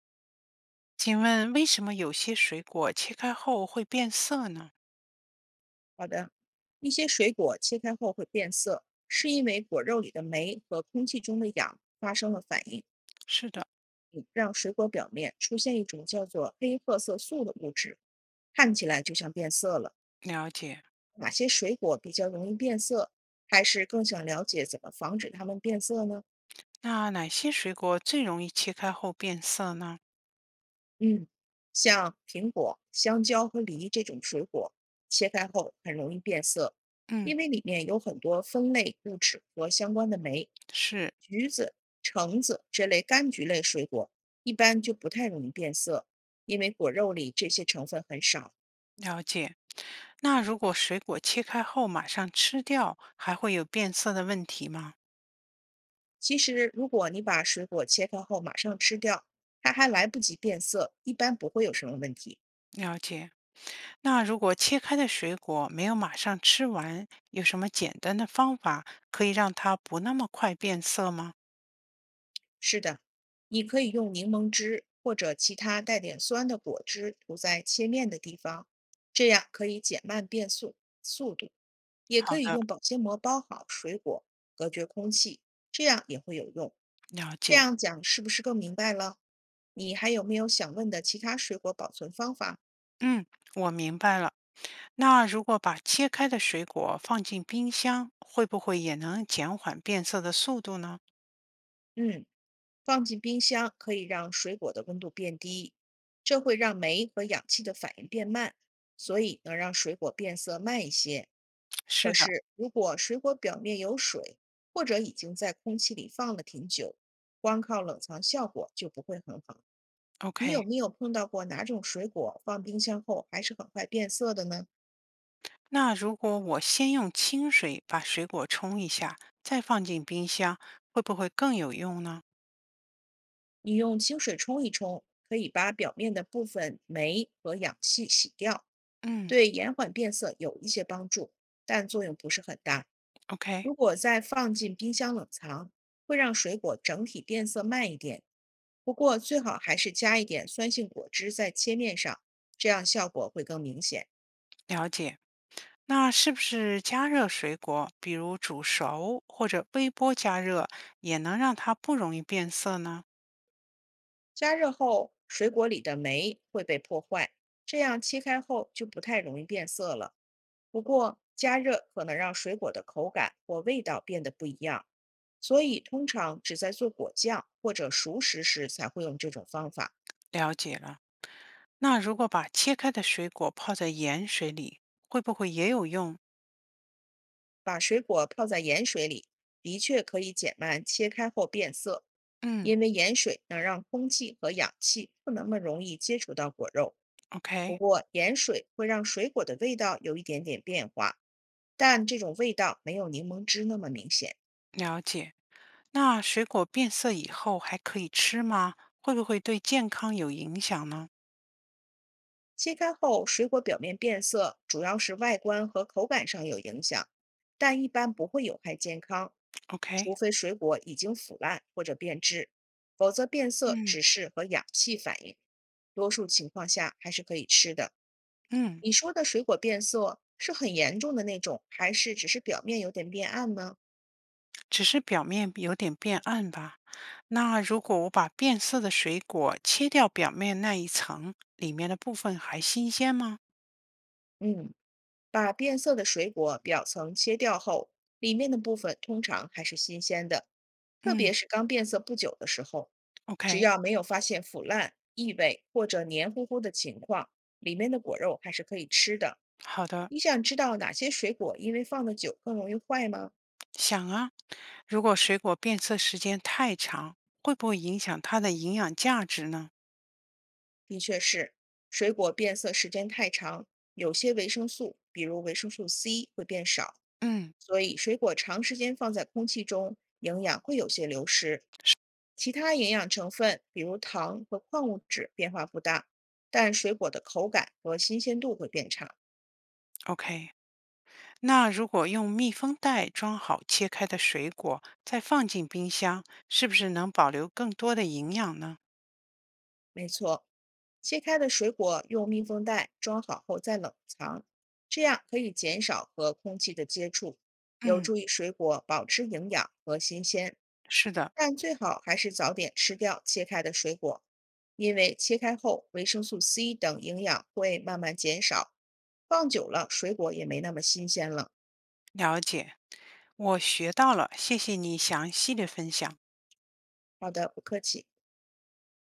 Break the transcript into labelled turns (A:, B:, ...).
A: 请问为什么有些水果切开后会变色呢？
B: 好的，一些水果切开后会变色，是因为果肉里的酶和空气中的氧发生了反应，
A: 是的，
B: 嗯让水果表面出现一种叫做黑褐色素的物质，看起来就像变色了。
A: 了解。
B: 哪些水果比较容易变色？还是更想了解怎么防止它们变色呢？
A: 那哪些水果最容易切开后变色呢？
B: 嗯，像苹果、香蕉和梨这种水果，切开后很容易变色，
A: 嗯，
B: 因为里面有很多酚类物质和相关的酶。
A: 是，
B: 橘子、橙子这类柑橘类水果一般就不太容易变色，因为果肉里这些成分很少。
A: 了解。那如果水果切开后马上吃掉，还会有变色的问题吗？
B: 其实，如果你把水果切开后马上吃掉，它还来不及变色，一般不会有什么问题。
A: 了解。那如果切开的水果没有马上吃完，有什么简单的方法可以让它不那么快变色吗？
B: 是的，你可以用柠檬汁或者其他带点酸的果汁涂在切面的地方，这样可以减慢速度。也可
A: 好
B: 以
A: 的，
B: 用保鲜膜包好水果，隔绝空气，这样也会有用。
A: 了
B: 这
A: 解。
B: 样讲是不是更明白了？你还有没有想问的其他水果保存方法？
A: 嗯，我明白了。那如果把切开的水果放进冰箱，会不会也能减缓变色的速度呢？
B: 嗯。放进冰箱可以让水果的温度变低，这会让酶和氧气的反应变慢，所以能让水果变色慢一些。可
A: 是的
B: 是，如果水果表面有水，或者已经在空气里放了挺久，光靠冷藏效果就不会很好。你有
A: ，OK。
B: 没有碰到过哪种水果放冰箱后还是很快变色的呢？
A: 那如果我先用清水把水果冲一下，再放进冰箱，会不会更有用呢？
B: 你用清水冲一冲，可以把表面的部分酶和氧气洗掉。
A: 嗯
B: 对延缓变色有一些帮助，但作用不是很大。
A: ，OK，
B: 如果再放进冰箱冷藏，会让水果整体变色慢一点。不过最好还是加一点酸性果汁在切面上，这样效果会更明显。
A: 了解。那是不是加热水果，比如煮熟或者微波加热，也能让它不容易变色呢？
B: 加热后，水果里的酶会被破坏，这样切开后就不太容易变色了。不过，加热可能让水果的口感或味道变得不一样，所以通常只在做果酱或者熟食时才会用这种方法。
A: 了解了。那如果把切开的水果泡在盐水里，会不会也有用？
B: 把水果泡在盐水里，的确可以减慢切开后变色，
A: 嗯，
B: 因为盐水能让空气和氧气不那么容易接触到果肉。不
A: OK，
B: 过，盐水会让水果的味道有一点点变化，但这种味道没有柠檬汁那么明显。
A: 了解。那水果变色以后还可以吃吗？会不会对健康有影响呢
B: 切开后，水果表面变色，主要是外观和口感上有影响，但一般不会有害健康，
A: ？OK，
B: 除非水果已经腐烂或者变质，否则变色
A: 嗯
B: 只是和氧气反应，多数情况下还是可以吃的。
A: 嗯，
B: 你说的水果变色是很严重的那种，还是只是表面有点变暗呢？
A: 只是表面有点变暗吧。那如果我把变色的水果切掉表面那一层，里面的部分还新鲜吗？
B: 嗯。把变色的水果表层切掉后，里面的部分通常还是新鲜的，特别
A: 嗯
B: 是刚变色不久的时候。只
A: ，OK，
B: 要没有发现腐烂、异味或者黏糊糊的情况，里面的果肉还是可以吃的。
A: 好的，
B: 你想知道哪些水果因为放的久更容易坏吗？
A: 想啊。如果水果变色时间太长，会不会影响它的营养价值呢？
B: 的确是，水果变色时间太长，有些维生素，比如维生素 C 会变少，
A: 嗯
B: 所以水果长时间放在空气中，营养会有些流失。其他营养成分，比如糖和矿物质，变化不大，但水果的口感和新鲜度会变差。
A: ，OK，那如果用密封袋装好切开的水果，再放进冰箱，是不是能保留更多的营养呢？
B: 没错，切开的水果用密封袋装好后再冷藏，这样可以减少和空气的接触，有
A: 嗯，
B: 助于水果保持营养和新鲜。
A: 是的，
B: 但最好还是早点吃掉切开的水果，因为切开后维生素 C 等营养会慢慢减少，放久了水果也没那么新鲜了。
A: 了解，我学到了，谢谢你详细的分享。
B: 好的，不客气。